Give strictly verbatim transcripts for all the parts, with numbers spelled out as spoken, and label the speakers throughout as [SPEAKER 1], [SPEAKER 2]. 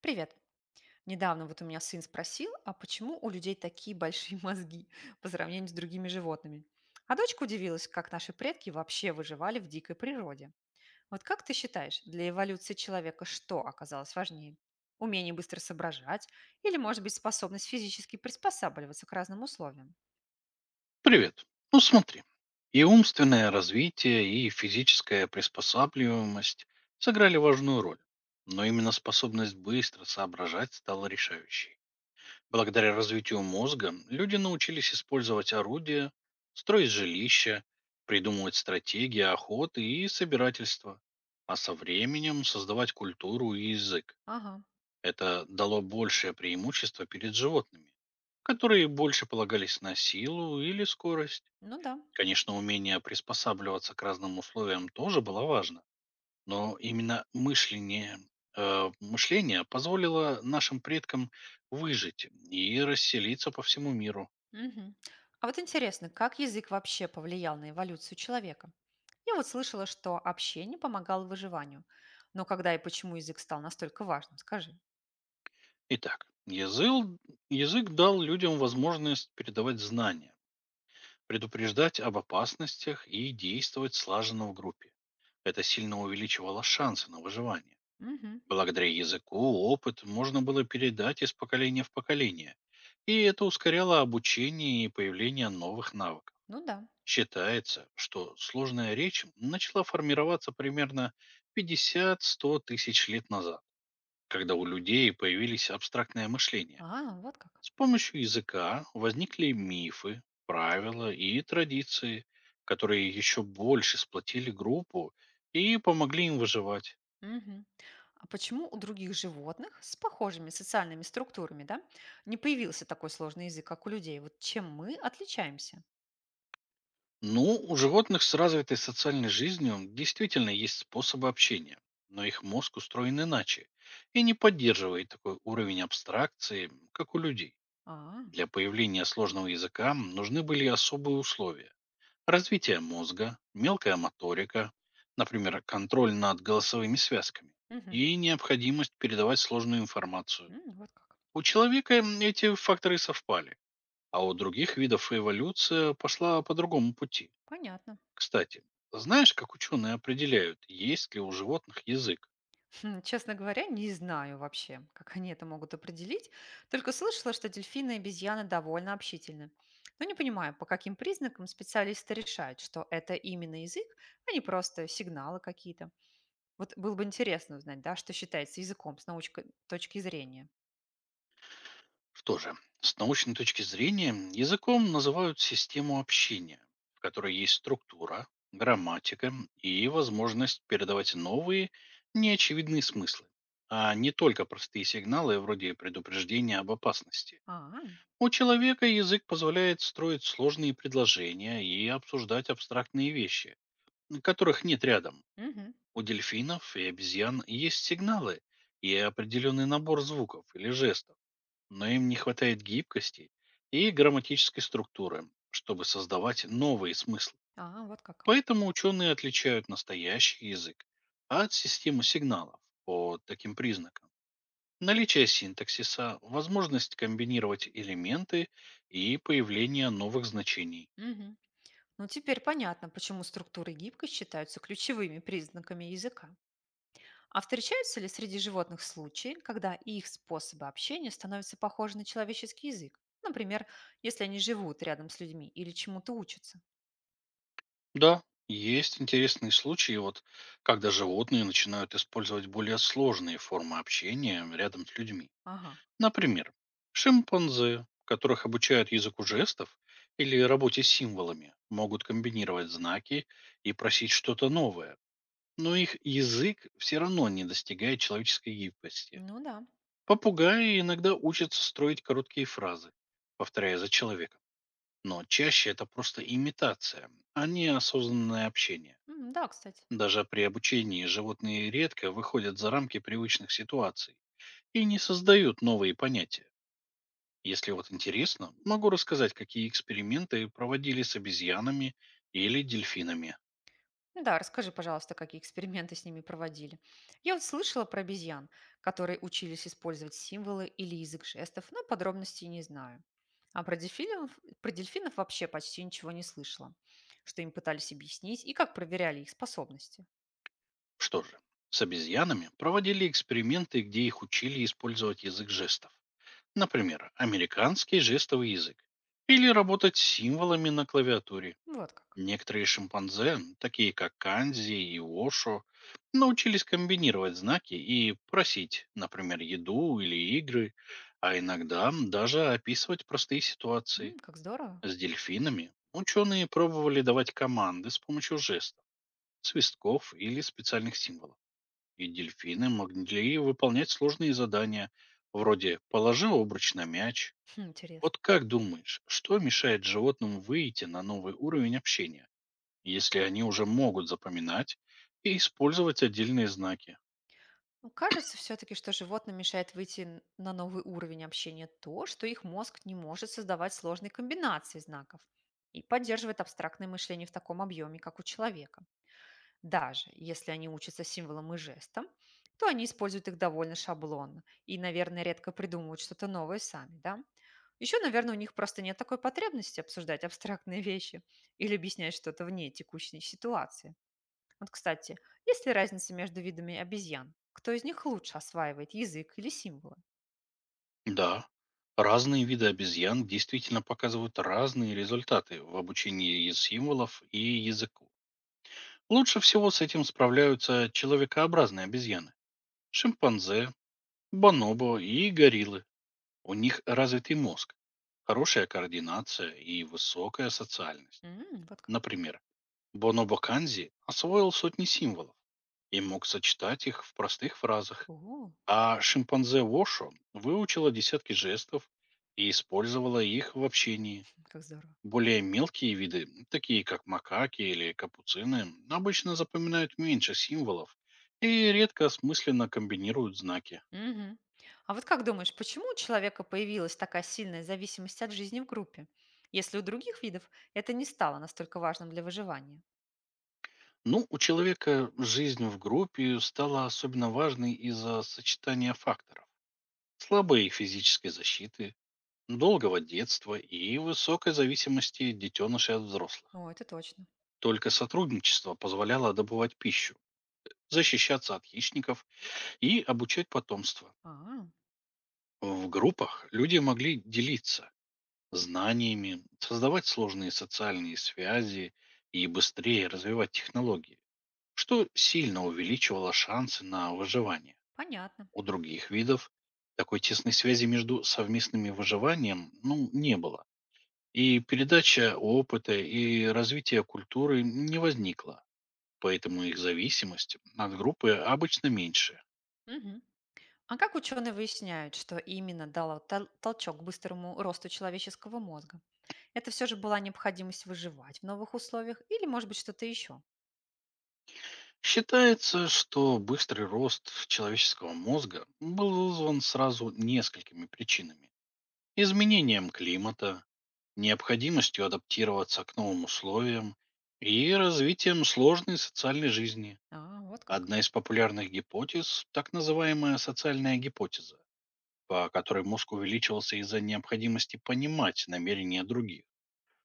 [SPEAKER 1] Привет. Недавно вот у меня сын спросил, а почему у людей такие большие мозги по сравнению с другими животными? А дочка удивилась, как наши предки вообще выживали в дикой природе. Вот как ты считаешь, для эволюции человека что оказалось важнее? Умение быстро соображать или, может быть, способность физически приспосабливаться к разным условиям?
[SPEAKER 2] Привет. Ну смотри, и умственное развитие, и физическая приспосабливаемость сыграли важную роль. Но именно способность быстро соображать стала решающей. Благодаря развитию мозга люди научились использовать орудия, строить жилища, придумывать стратегии охоты и собирательства, а со временем создавать культуру и язык.
[SPEAKER 1] Ага,
[SPEAKER 2] Это дало большее преимущество перед животными, которые больше полагались на силу или скорость.
[SPEAKER 1] ну да.
[SPEAKER 2] Конечно, умение приспосабливаться к разным условиям тоже было важно, но именно мышление, э, мышление позволило нашим предкам выжить и расселиться по всему миру.
[SPEAKER 1] Мгм. А вот интересно, как язык вообще повлиял на эволюцию человека? Я вот слышала, что общение помогало выживанию. Но когда и почему язык стал настолько важным, скажи.
[SPEAKER 2] Итак, язык, язык дал людям возможность передавать знания, предупреждать об опасностях и действовать слаженно в группе. Это сильно увеличивало шансы на выживание.
[SPEAKER 1] Мгм.
[SPEAKER 2] Благодаря языку опыт можно было передать из поколения в поколение, и это ускоряло обучение и появление новых навыков.
[SPEAKER 1] Ну да.
[SPEAKER 2] Считается, что сложная речь начала формироваться примерно пятьдесят сто тысяч лет назад, когда у людей появились абстрактное мышление.
[SPEAKER 1] А, вот как.
[SPEAKER 2] С помощью языка возникли мифы, правила и традиции, которые еще больше сплотили группу и помогли им выживать.
[SPEAKER 1] Мгм. А почему у других животных с похожими социальными структурами, да, не появился такой сложный язык, как у людей? Вот чем мы отличаемся?
[SPEAKER 2] Ну, у животных с развитой социальной жизнью действительно есть способы общения, но их мозг устроен иначе и не поддерживает такой уровень абстракции, как у людей.
[SPEAKER 1] А,
[SPEAKER 2] Для появления сложного языка нужны были особые условия. Развитие мозга, мелкая моторика, например, контроль над голосовыми связками
[SPEAKER 1] мгм.
[SPEAKER 2] и необходимость передавать сложную информацию.
[SPEAKER 1] М, вот как.
[SPEAKER 2] У человека эти факторы совпали, а у других видов эволюция пошла по другому пути.
[SPEAKER 1] Понятно.
[SPEAKER 2] Кстати, знаешь, как ученые определяют, есть ли у животных язык?
[SPEAKER 1] Хм, честно говоря, не знаю вообще, как они это могут определить. Только слышала, что дельфины и обезьяны довольно общительны. Но не понимаю, по каким признакам специалисты решают, что это именно язык, а не просто сигналы какие-то. Вот было бы интересно узнать, да, что считается языком с научной точки зрения.
[SPEAKER 2] Что же, с научной точки зрения языком называют систему общения, в которой есть структура, грамматика и возможность передавать новые, неочевидные смыслы, а не только простые сигналы вроде предупреждения об опасности.
[SPEAKER 1] А,
[SPEAKER 2] У человека язык позволяет строить сложные предложения и обсуждать абстрактные вещи, которых нет рядом.
[SPEAKER 1] мгм.
[SPEAKER 2] У дельфинов и обезьян есть сигналы и определенный набор звуков или жестов, но им не хватает гибкости и грамматической структуры, чтобы создавать новые смыслы.
[SPEAKER 1] А вот как.
[SPEAKER 2] Поэтому ученые отличают настоящий язык от системы сигналов по таким признакам. Наличие синтаксиса, возможность комбинировать элементы и появление новых значений.
[SPEAKER 1] Мгм. Ну, теперь понятно, почему структуры и гибкость считаются ключевыми признаками языка. А встречаются ли среди животных случаи, когда их способы общения становятся похожи на человеческий язык? Например, если они живут рядом с людьми или чему-то учатся.
[SPEAKER 2] Да, есть интересные случаи, вот, когда животные начинают использовать более сложные формы общения рядом с людьми.
[SPEAKER 1] Ага,
[SPEAKER 2] Например, шимпанзе, которых обучают языку жестов или работе с символами, могут комбинировать знаки и просить что-то новое, но их язык все равно не достигает человеческой гибкости.
[SPEAKER 1] ну да.
[SPEAKER 2] Попугаи иногда учатся строить короткие фразы, повторяя за человеком, но чаще это просто имитация, а не осознанное общение.
[SPEAKER 1] М, да, кстати.
[SPEAKER 2] Даже при обучении животные редко выходят за рамки привычных ситуаций и не создают новые понятия. Если вот интересно, могу рассказать, какие эксперименты проводили с обезьянами или дельфинами.
[SPEAKER 1] Ну да, расскажи, пожалуйста, какие эксперименты с ними проводили. Я вот слышала про обезьян, которые учились использовать символы или язык жестов, но подробностей не знаю. А про дельфинов, про дельфинов вообще почти ничего не слышала, что им пытались объяснить и как проверяли их способности.
[SPEAKER 2] Что же, с обезьянами проводили эксперименты, где их учили использовать язык жестов. Например, американский жестовый язык. Или работать с символами на клавиатуре.
[SPEAKER 1] Вот как.
[SPEAKER 2] Некоторые шимпанзе, такие как Канзи и Ошо, научились комбинировать знаки и просить, например, еду или игры, а иногда даже описывать простые ситуации.
[SPEAKER 1] М, как здорово.
[SPEAKER 2] С дельфинами ученые пробовали давать команды с помощью жестов, свистков или специальных символов. И дельфины могли выполнять сложные задания, вроде «положи обруч на мяч».
[SPEAKER 1] Хм, интересно.
[SPEAKER 2] Вот как думаешь, что мешает животным выйти на новый уровень общения, если они уже могут запоминать и использовать отдельные знаки?
[SPEAKER 1] Ну, кажется все-таки, что животным мешает выйти н- на новый уровень общения то, что их мозг не может создавать сложные комбинации знаков и поддерживает абстрактное мышление в таком объеме, как у человека. Даже если они учатся символам и жестам, то они используют их довольно шаблонно и, наверное, редко придумывают что-то новое сами, да? Еще, наверное, у них просто нет такой потребности обсуждать абстрактные вещи или объяснять что-то вне текущей ситуации. Вот, кстати, есть ли разница между видами обезьян? Кто из них лучше осваивает язык или символы?
[SPEAKER 2] Да, разные виды обезьян действительно показывают разные результаты в обучении и символов и языку. Лучше всего с этим справляются человекообразные обезьяны, шимпанзе, бонобо и гориллы. У них развитый мозг, хорошая координация и высокая социальность.
[SPEAKER 1] М, вот как.
[SPEAKER 2] Например, бонобо Канзи освоил сотни символов и мог сочетать их в простых фразах.
[SPEAKER 1] О,
[SPEAKER 2] А шимпанзе Вошо выучила десятки жестов и использовала их в общении.
[SPEAKER 1] как здорово.
[SPEAKER 2] Более мелкие виды, м, такие как макаки или капуцины, обычно запоминают меньше символов и редко осмысленно комбинируют знаки.
[SPEAKER 1] Мгм. А вот как думаешь, почему у человека появилась такая сильная зависимость от жизни в группе, если у других видов это не стало настолько важным для выживания?
[SPEAKER 2] Ну, у человека жизнь в группе стала особенно важной из-за сочетания факторов. Слабой физической защиты, долгого детства и высокой зависимости детенышей от взрослых.
[SPEAKER 1] О, это точно.
[SPEAKER 2] Только сотрудничество позволяло добывать пищу, защищаться от хищников и обучать потомство.
[SPEAKER 1] А,
[SPEAKER 2] В группах люди могли делиться знаниями, создавать сложные социальные связи и быстрее развивать технологии, что сильно увеличивало шансы на выживание.
[SPEAKER 1] понятно.
[SPEAKER 2] У других видов такой тесной связи между совместными выживанием ну, не было. И передача опыта и развитие культуры не возникла, поэтому их зависимость от группы обычно меньше.
[SPEAKER 1] Мгм. А как ученые выясняют, что именно дало тол- толчок к быстрому росту человеческого мозга? Это все же была необходимость выживать в новых условиях или, может быть, что-то еще?
[SPEAKER 2] Считается, что быстрый рост человеческого мозга был вызван сразу несколькими причинами. Изменением климата, необходимостью адаптироваться к новым условиям и развитием сложной социальной жизни.
[SPEAKER 1] А, вот как.
[SPEAKER 2] Одна из популярных гипотез — так называемая социальная гипотеза, по которой мозг увеличивался из-за необходимости понимать намерения других,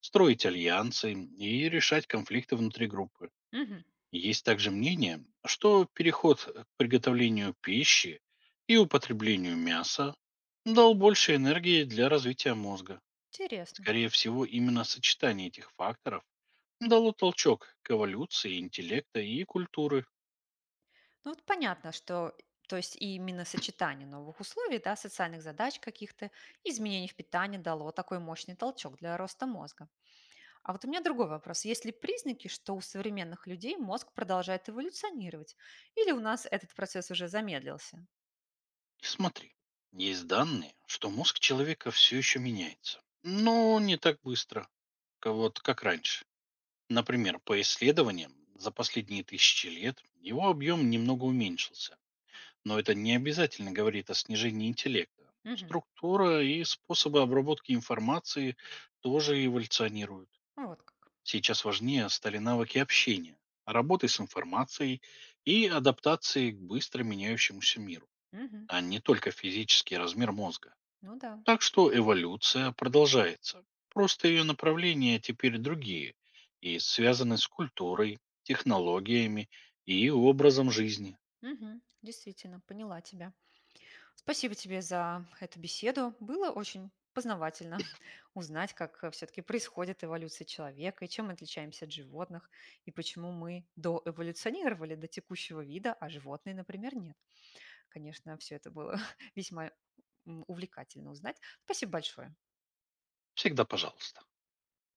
[SPEAKER 2] строить альянсы и решать конфликты внутри группы.
[SPEAKER 1] Мгм.
[SPEAKER 2] Есть также мнение, что переход э, к приготовлению пищи и употреблению мяса дал больше энергии для развития мозга.
[SPEAKER 1] Интересно.
[SPEAKER 2] Скорее всего, именно сочетание этих факторов дало толчок к эволюции интеллекта и культуры.
[SPEAKER 1] Ну вот понятно, что то есть и именно сочетание новых условий, да, социальных задач каких-то, изменений в питании дало такой мощный толчок для роста мозга. А вот у меня другой вопрос. Есть ли признаки, что у современных людей мозг продолжает эволюционировать? Или у нас этот процесс уже замедлился?
[SPEAKER 2] И смотри, есть данные, что мозг человека все еще меняется, но не так быстро, ка- вот как раньше. Например, по исследованиям, за последние тысячи лет его объем немного уменьшился. Но это не обязательно говорит о снижении интеллекта.
[SPEAKER 1] Мгм.
[SPEAKER 2] Структура и способы обработки информации тоже эволюционируют.
[SPEAKER 1] Вот как.
[SPEAKER 2] Сейчас важнее стали навыки общения, работы с информацией и адаптации к быстро меняющемуся миру,
[SPEAKER 1] Мгм.
[SPEAKER 2] а не только физический размер мозга.
[SPEAKER 1] Ну да.
[SPEAKER 2] Так что эволюция продолжается. Просто ее направления теперь другие и связаны с культурой, технологиями и образом жизни.
[SPEAKER 1] Мгм. Действительно, поняла тебя. Спасибо тебе за эту беседу. Было очень познавательно узнать, как все-таки происходит эволюция человека и чем мы отличаемся от животных, и почему мы доэволюционировали до текущего вида, а животные, например, нет. Конечно, все это было весьма м, увлекательно узнать. Спасибо большое.
[SPEAKER 2] Всегда пожалуйста.